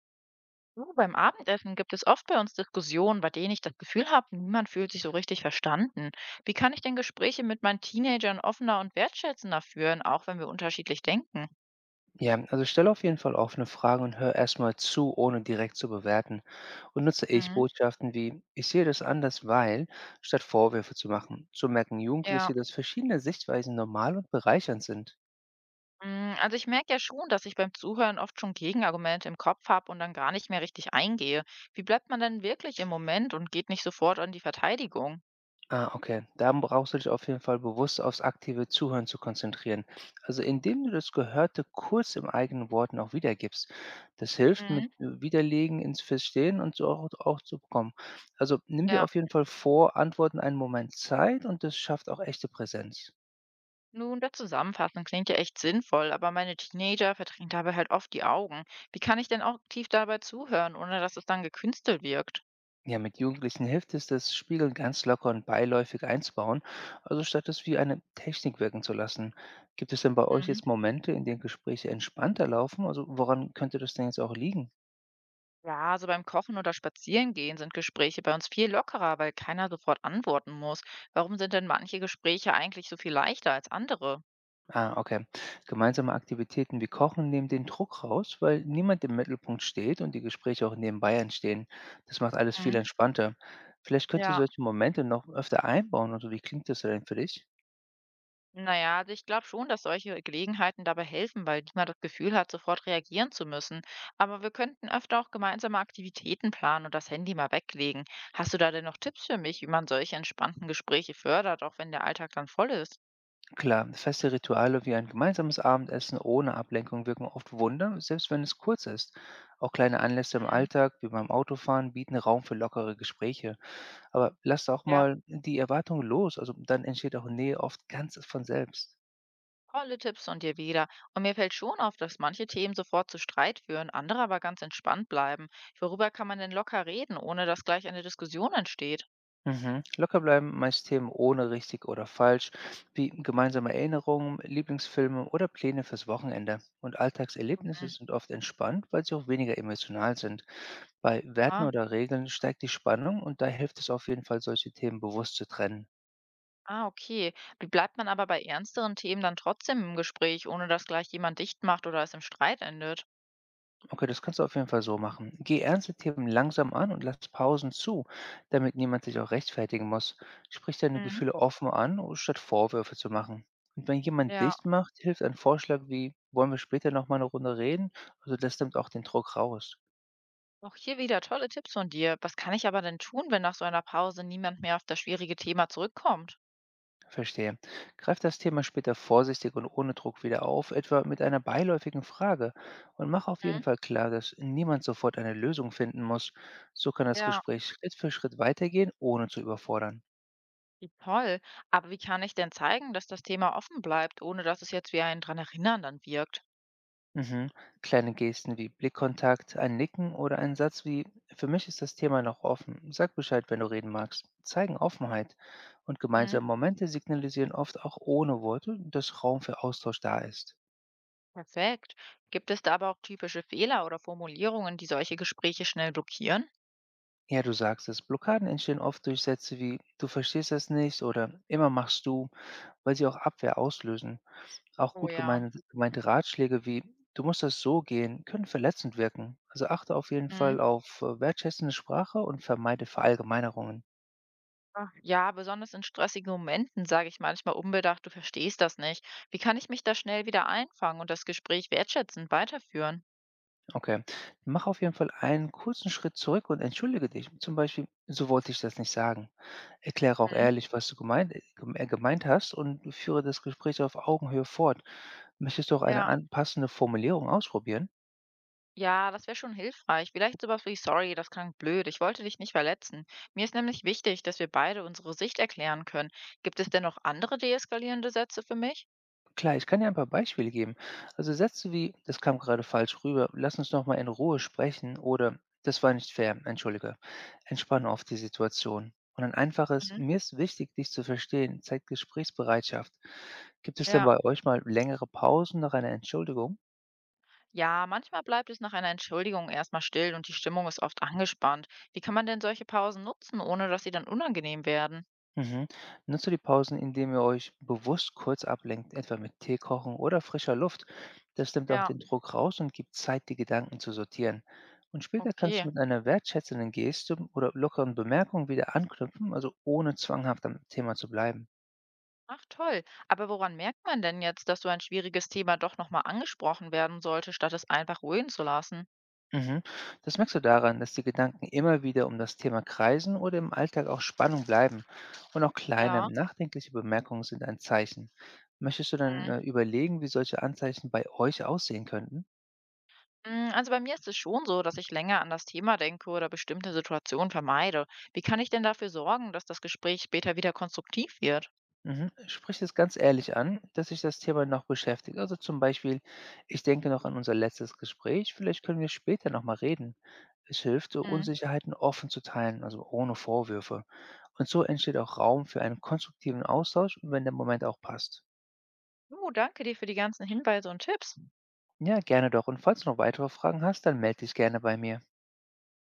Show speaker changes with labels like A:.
A: Du, beim Abendessen gibt es oft bei uns Diskussionen, bei denen ich das Gefühl habe, niemand fühlt sich so richtig verstanden. Wie kann ich denn Gespräche mit meinen Teenagern offener und wertschätzender führen, auch wenn wir unterschiedlich denken?
B: Ja, also stelle auf jeden Fall offene Fragen und hör erstmal zu, ohne direkt zu bewerten. Und nutze
A: Mhm.
B: Ich-Botschaften wie ich sehe das anders, weil, statt Vorwürfe zu machen. So merken
A: Ja,
B: Jugendliche, dass verschiedene Sichtweisen normal und bereichernd sind.
A: also ich merke ja schon, dass ich beim Zuhören oft schon Gegenargumente im Kopf habe und dann gar nicht mehr richtig eingehe. Wie bleibt man denn wirklich im Moment und geht nicht sofort an die Verteidigung?
B: Ah, okay. Dann brauchst du dich auf jeden Fall bewusst aufs aktive Zuhören zu konzentrieren. Also indem du das Gehörte kurz im eigenen Worten auch wiedergibst. Das hilft mit
A: Mhm.
B: Widerlegen ins Verstehen und so auch zu bekommen. Also nimm dir
A: Ja.
B: auf jeden Fall vor, Antworten einen Moment Zeit und das schafft auch echte Präsenz.
A: Nun, das Zusammenfassen klingt ja echt sinnvoll, aber meine Teenager verdrängen dabei halt oft die Augen. Wie kann ich denn auch aktiv dabei zuhören, ohne dass es dann gekünstelt wirkt?
B: Ja, mit Jugendlichen hilft es, das Spiegeln ganz locker und beiläufig einzubauen, also statt es wie eine Technik wirken zu lassen. Gibt es denn bei euch
A: Mhm.
B: jetzt Momente, in denen Gespräche entspannter laufen? Also woran könnte das denn jetzt auch liegen?
A: Ja, also beim Kochen oder Spazierengehen sind Gespräche bei uns viel lockerer, weil keiner sofort antworten muss. Warum sind denn manche Gespräche eigentlich so viel leichter als andere?
B: Ah, okay. Gemeinsame Aktivitäten wie Kochen nehmen den Druck raus, weil niemand im Mittelpunkt steht und die Gespräche auch nebenbei entstehen. Das macht alles viel
A: Mhm.
B: entspannter. Vielleicht könnt ihr
A: Ja.
B: solche Momente noch öfter einbauen oder wie klingt das denn für dich?
A: Naja, also ich glaube schon, dass solche Gelegenheiten dabei helfen, weil niemand das Gefühl hat, sofort reagieren zu müssen. Aber wir könnten öfter auch gemeinsame Aktivitäten planen und das Handy mal weglegen. Hast du da denn noch Tipps für mich, wie man solche entspannten Gespräche fördert, auch wenn der Alltag dann voll ist?
B: Klar, feste Rituale wie ein gemeinsames Abendessen ohne Ablenkung wirken oft Wunder, selbst wenn es kurz ist. Auch kleine Anlässe im
A: Mhm.
B: Alltag, wie beim Autofahren, bieten Raum für lockere Gespräche. Aber lasst auch
A: Ja,
B: mal die Erwartungen los, also dann entsteht auch Nähe oft ganz von selbst.
A: tolle Tipps von dir wieder. Und mir fällt schon auf, dass manche Themen sofort zu Streit führen, andere aber ganz entspannt bleiben. Worüber kann man denn locker reden, ohne dass gleich eine Diskussion entsteht?
B: Mhm. Locker bleiben, meist Themen ohne richtig oder falsch, wie gemeinsame Erinnerungen, Lieblingsfilme oder Pläne fürs Wochenende. Und Alltagserlebnisse
A: Mhm.
B: sind oft entspannt, weil sie auch weniger emotional sind. Bei Werten
A: Ah,
B: oder Regeln steigt die Spannung und da hilft es auf jeden Fall, solche Themen bewusst zu trennen.
A: Ah, okay. Wie bleibt man aber bei ernsteren Themen dann trotzdem im Gespräch, ohne dass gleich jemand dicht macht oder es im Streit endet?
B: Okay, das kannst du auf jeden Fall so machen. Geh ernste Themen langsam an und lass Pausen zu, damit niemand sich auch rechtfertigen muss. Sprich deine
A: Mhm.
B: Gefühle offen an, statt Vorwürfe zu machen. Und wenn jemand
A: Ja,
B: dicht macht, hilft ein Vorschlag wie, wollen wir später nochmal eine Runde reden? Also das nimmt auch den Druck raus.
A: auch hier wieder tolle Tipps von dir. Was kann ich aber denn tun, wenn nach so einer Pause niemand mehr auf das schwierige Thema zurückkommt?
B: Verstehe. Greif das Thema später vorsichtig und ohne Druck wieder auf, etwa mit einer beiläufigen Frage. Und mach auf jeden
A: Mhm.
B: Fall klar, dass niemand sofort eine Lösung finden muss. So kann das
A: Ja,
B: Gespräch Schritt für Schritt weitergehen, ohne zu überfordern.
A: wie toll. Aber wie kann ich denn zeigen, dass das Thema offen bleibt, ohne dass es jetzt wie ein dran erinnern dann wirkt?
B: Mhm. Kleine Gesten wie Blickkontakt, ein Nicken oder ein Satz wie: Für mich ist das Thema noch offen. Sag Bescheid, wenn du reden magst. Zeigen Offenheit. Und
A: Mhm.
B: gemeinsame Momente signalisieren oft auch ohne Worte, dass Raum für Austausch da ist.
A: Perfekt. Gibt es da aber auch typische Fehler oder Formulierungen, die solche Gespräche schnell blockieren?
B: Ja, du sagst es. Blockaden entstehen oft durch Sätze wie Du verstehst das nicht oder Immer machst du, weil sie auch Abwehr auslösen. Auch
A: Oh
B: gut
A: ja.
B: gemeinte, gemeinte Ratschläge wie Du musst das so gehen, können verletzend wirken. Also achte auf jeden Fall
A: Mhm.
B: auf wertschätzende Sprache und vermeide Verallgemeinerungen.
A: Ach, ja, besonders in stressigen Momenten sage ich manchmal unbedacht, du verstehst das nicht. Wie kann ich mich da schnell wieder einfangen und das Gespräch wertschätzend weiterführen?
B: Okay. Mach auf jeden Fall einen kurzen Schritt zurück und entschuldige dich. Zum Beispiel, so wollte ich das nicht sagen. Erkläre auch
A: Mhm.
B: ehrlich, was du gemeint hast und führe das Gespräch auf Augenhöhe fort. Möchtest du auch eine
A: Ja,
B: passende Formulierung ausprobieren?
A: ja, das wäre schon hilfreich. Vielleicht sowas wie, sorry, das klang blöd, ich wollte dich nicht verletzen. Mir ist nämlich wichtig, dass wir beide unsere Sicht erklären können. Gibt es denn noch andere deeskalierende Sätze für mich?
B: Klar, ich kann dir ein paar Beispiele geben. Also Sätze wie, das kam gerade falsch rüber, lass uns noch mal in Ruhe sprechen oder das war nicht fair, entschuldige. Entspanne auf die Situation. Und ein einfaches,
A: Mhm.
B: mir ist wichtig, dich zu verstehen, zeigt Gesprächsbereitschaft. Gibt es denn
A: Ja,
B: bei euch mal längere Pausen nach einer Entschuldigung?
A: ja, manchmal bleibt es nach einer Entschuldigung erstmal still und die Stimmung ist oft angespannt. Wie kann man denn solche Pausen nutzen, ohne dass sie dann unangenehm werden?
B: Mhm. Nutzt die Pausen, indem ihr euch bewusst kurz ablenkt, etwa mit Tee kochen oder frischer Luft. Das nimmt auch
A: Ja,
B: den Druck raus und gibt Zeit, die Gedanken zu sortieren. Und später kannst
A: okay.
B: du mit einer wertschätzenden Geste oder lockeren Bemerkung wieder anknüpfen, also ohne zwanghaft am Thema zu bleiben.
A: Ach toll. Aber woran merkt man denn jetzt, dass so ein schwieriges Thema doch nochmal angesprochen werden sollte, statt es einfach ruhen zu lassen?
B: Mhm. Das merkst du daran, dass die Gedanken immer wieder um das Thema kreisen oder im Alltag auch Spannung bleiben. Und auch kleine,
A: Ja.
B: nachdenkliche Bemerkungen sind ein Zeichen. Möchtest du dann
A: Hm.
B: überlegen, wie solche Anzeichen bei euch aussehen könnten?
A: Hm, also bei mir ist es schon so, dass ich länger an das Thema denke oder bestimmte Situationen vermeide. Wie kann ich denn dafür sorgen, dass das Gespräch später wieder konstruktiv wird?
B: Mhm. Sprich es ganz ehrlich an, dass sich das Thema noch beschäftigt. Also zum Beispiel, ich denke noch an unser letztes Gespräch, vielleicht können wir später nochmal reden. Es hilft, so
A: Hm.
B: Unsicherheiten offen zu teilen, also ohne Vorwürfe. Und so entsteht auch Raum für einen konstruktiven Austausch und wenn der Moment auch passt.
A: Oh, danke dir für die ganzen Hinweise und Tipps.
B: Ja, gerne doch. Und falls du noch weitere Fragen hast, dann melde dich gerne bei mir.